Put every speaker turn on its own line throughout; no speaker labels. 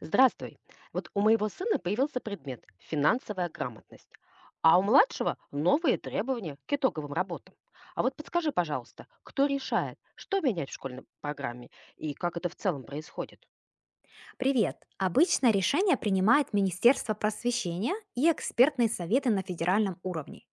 Здравствуй. Вот у моего сына появился предмет «финансовая грамотность», а у младшего новые требования к итоговым работам. А вот подскажи, пожалуйста, кто решает, что менять в школьной программе и как это в целом происходит?
Привет! Обычно решение принимает Министерство просвещения и экспертные советы на федеральном уровне.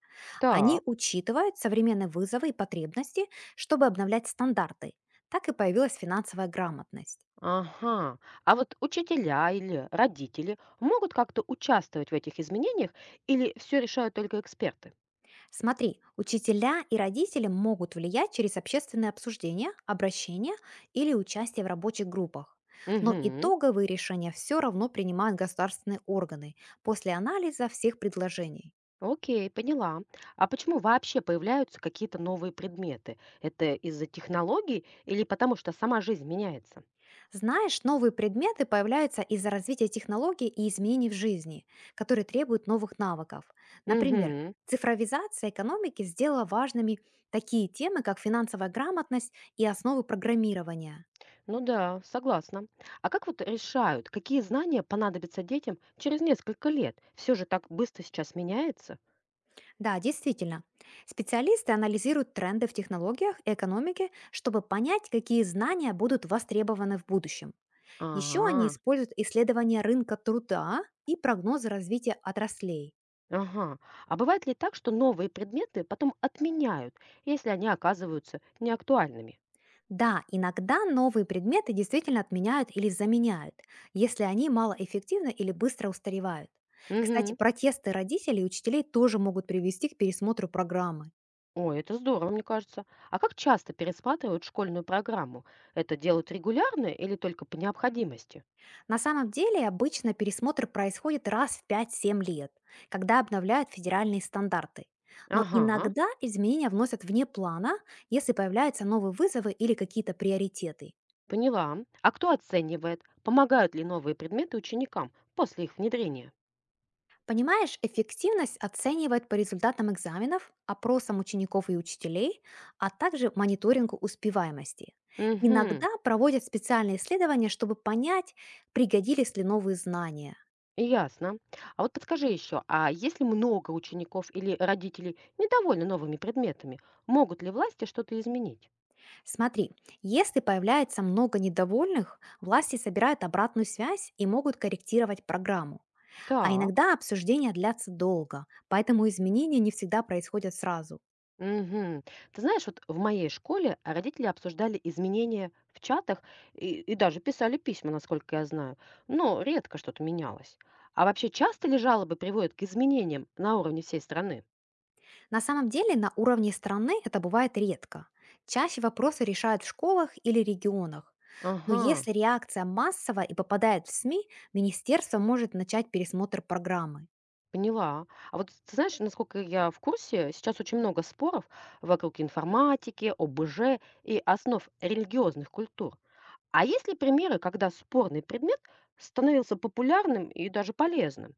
Они
Так,
учитывают современные вызовы и потребности, чтобы обновлять стандарты. Так и появилась финансовая грамотность.
ага. А вот учителя или родители могут как-то участвовать в этих изменениях или все решают только эксперты?
Смотри, учителя и родители могут влиять через общественные обсуждения, обращения или участие в рабочих группах. Но
Угу.
итоговые решения все равно принимают государственные органы после анализа всех предложений.
Окей, поняла. А почему вообще появляются какие-то новые предметы? Это из-за технологий или потому что сама жизнь меняется?
Знаешь, новые предметы появляются из-за развития технологий и изменений в жизни, которые требуют новых навыков. Например,
Угу.
цифровизация экономики сделала важными такие темы, как финансовая грамотность и основы программирования.
Ну да, согласна. А как вот решают, какие знания понадобятся детям через несколько лет? Все же так быстро сейчас меняется.
Да, действительно, специалисты анализируют тренды в технологиях и экономике, чтобы понять, какие знания будут востребованы в будущем. Еще они
А,
используют исследования рынка труда и прогнозы развития отраслей.
ага. А бывает ли так, что новые предметы потом отменяют, если они оказываются неактуальными?
Да, иногда новые предметы действительно отменяют или заменяют, если они малоэффективны или быстро устаревают. Кстати,
Угу.
протесты родителей и учителей тоже могут привести к пересмотру программы.
Ой, это здорово, мне кажется. А как часто пересматривают школьную программу? Это делают регулярно или только по необходимости?
На самом деле, обычно пересмотр происходит раз в пять 7 лет, когда обновляют федеральные стандарты. Но
Ага,
иногда изменения вносят вне плана, если появляются новые вызовы или какие-то приоритеты.
поняла. А кто оценивает, помогают ли новые предметы ученикам после их внедрения?
Понимаешь, эффективность оценивает по результатам экзаменов, опросам учеников и учителей, а также мониторингу успеваемости.
Угу,
Иногда проводят специальные исследования, чтобы понять, пригодились ли новые знания.
ясно. А вот подскажи еще, а если много учеников или родителей недовольны новыми предметами, могут ли власти что-то изменить?
Смотри, если появляется много недовольных, власти собирают обратную связь и могут корректировать программу. А
Так.
иногда обсуждения длятся долго, поэтому изменения не всегда происходят сразу.
Мгм. Ты знаешь, вот в моей школе родители обсуждали изменения в чатах и даже писали письма, насколько я знаю, но редко что-то менялось. А вообще часто ли жалобы приводят к изменениям на уровне всей страны?
На самом деле на уровне страны это бывает редко. Чаще вопросы решают в школах или регионах. Но
Ага,
если реакция массовая и попадает в СМИ, министерство может начать пересмотр программы.
поняла. А вот ты знаешь, насколько я в курсе, сейчас очень много споров вокруг информатики, ОБЖ и основ религиозных культур. А есть ли примеры, когда спорный предмет становился популярным и даже полезным?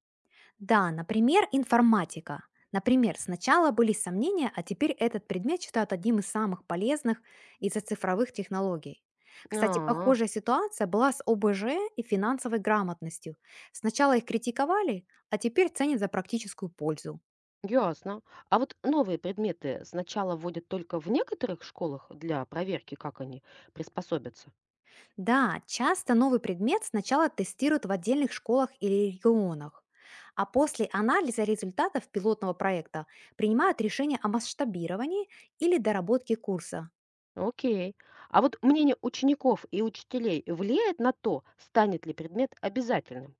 Да, например, информатика. Например, сначала были сомнения, а теперь этот предмет считают одним из самых полезных из-за цифровых технологий. Кстати,
А,
похожая ситуация была с ОБЖ и финансовой грамотностью. Сначала их критиковали, а теперь ценят за практическую пользу.
ясно. А вот новые предметы сначала вводят только в некоторых школах для проверки, как они приспособятся.
Да, часто новый предмет сначала тестируют в отдельных школах или регионах, а после анализа результатов пилотного проекта принимают решение о масштабировании или доработке курса.
Окей. А вот мнение учеников и учителей влияет на то, станет ли предмет обязательным?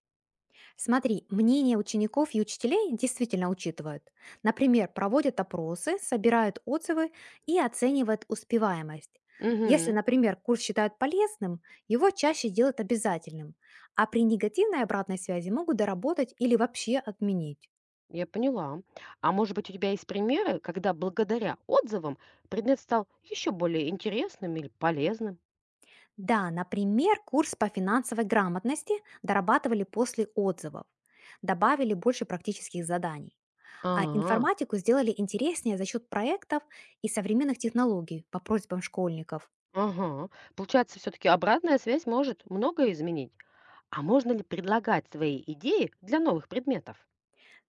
Смотри, мнение учеников и учителей действительно учитывают. Например, проводят опросы, собирают отзывы и оценивают успеваемость. Если,
Угу,
например, курс считают полезным, его чаще делают обязательным, а при негативной обратной связи могут доработать или вообще отменить.
я поняла. А может быть, у тебя есть примеры, когда благодаря отзывам предмет стал еще более интересным или полезным?
Да, например, курс по финансовой грамотности дорабатывали после отзывов, добавили больше практических заданий. А
А,
информатику сделали интереснее за счет проектов и современных технологий по просьбам школьников.
ага. Получается, все-таки обратная связь может многое изменить. А можно ли предлагать свои идеи для новых предметов?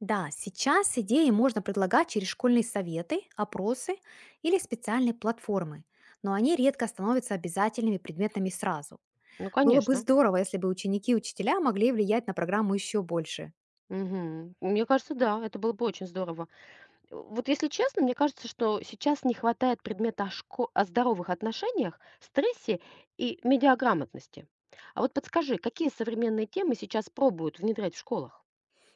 Да, сейчас идеи можно предлагать через школьные советы, опросы или специальные платформы, но они редко становятся обязательными предметами сразу.
Ну,
Было бы
конечно.
здорово, если бы ученики и учителя могли влиять на программу еще больше.
Мгм. Мне кажется, да, это было бы очень здорово. Вот если честно, мне кажется, что сейчас не хватает предмета о шко о здоровых отношениях, стрессе и медиаграмотности. А вот подскажи, какие современные темы сейчас пробуют внедрять в школах?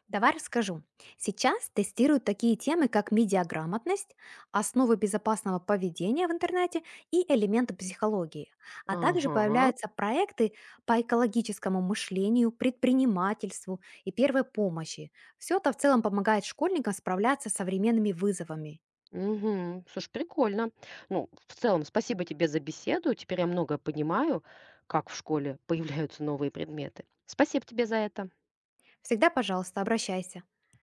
Давай расскажу. Сейчас тестируют такие темы, как медиаграмотность, основы безопасного поведения в интернете и элементы психологии. А также
Ага.
появляются проекты по экологическому мышлению, предпринимательству и первой помощи. Все это в целом помогает школьникам справляться с современными вызовами.
Угу, слушай, прикольно. Ну, в целом, спасибо тебе за беседу. Теперь я многое понимаю, как в школе появляются новые предметы. Спасибо тебе за это.
Всегда, пожалуйста, обращайся.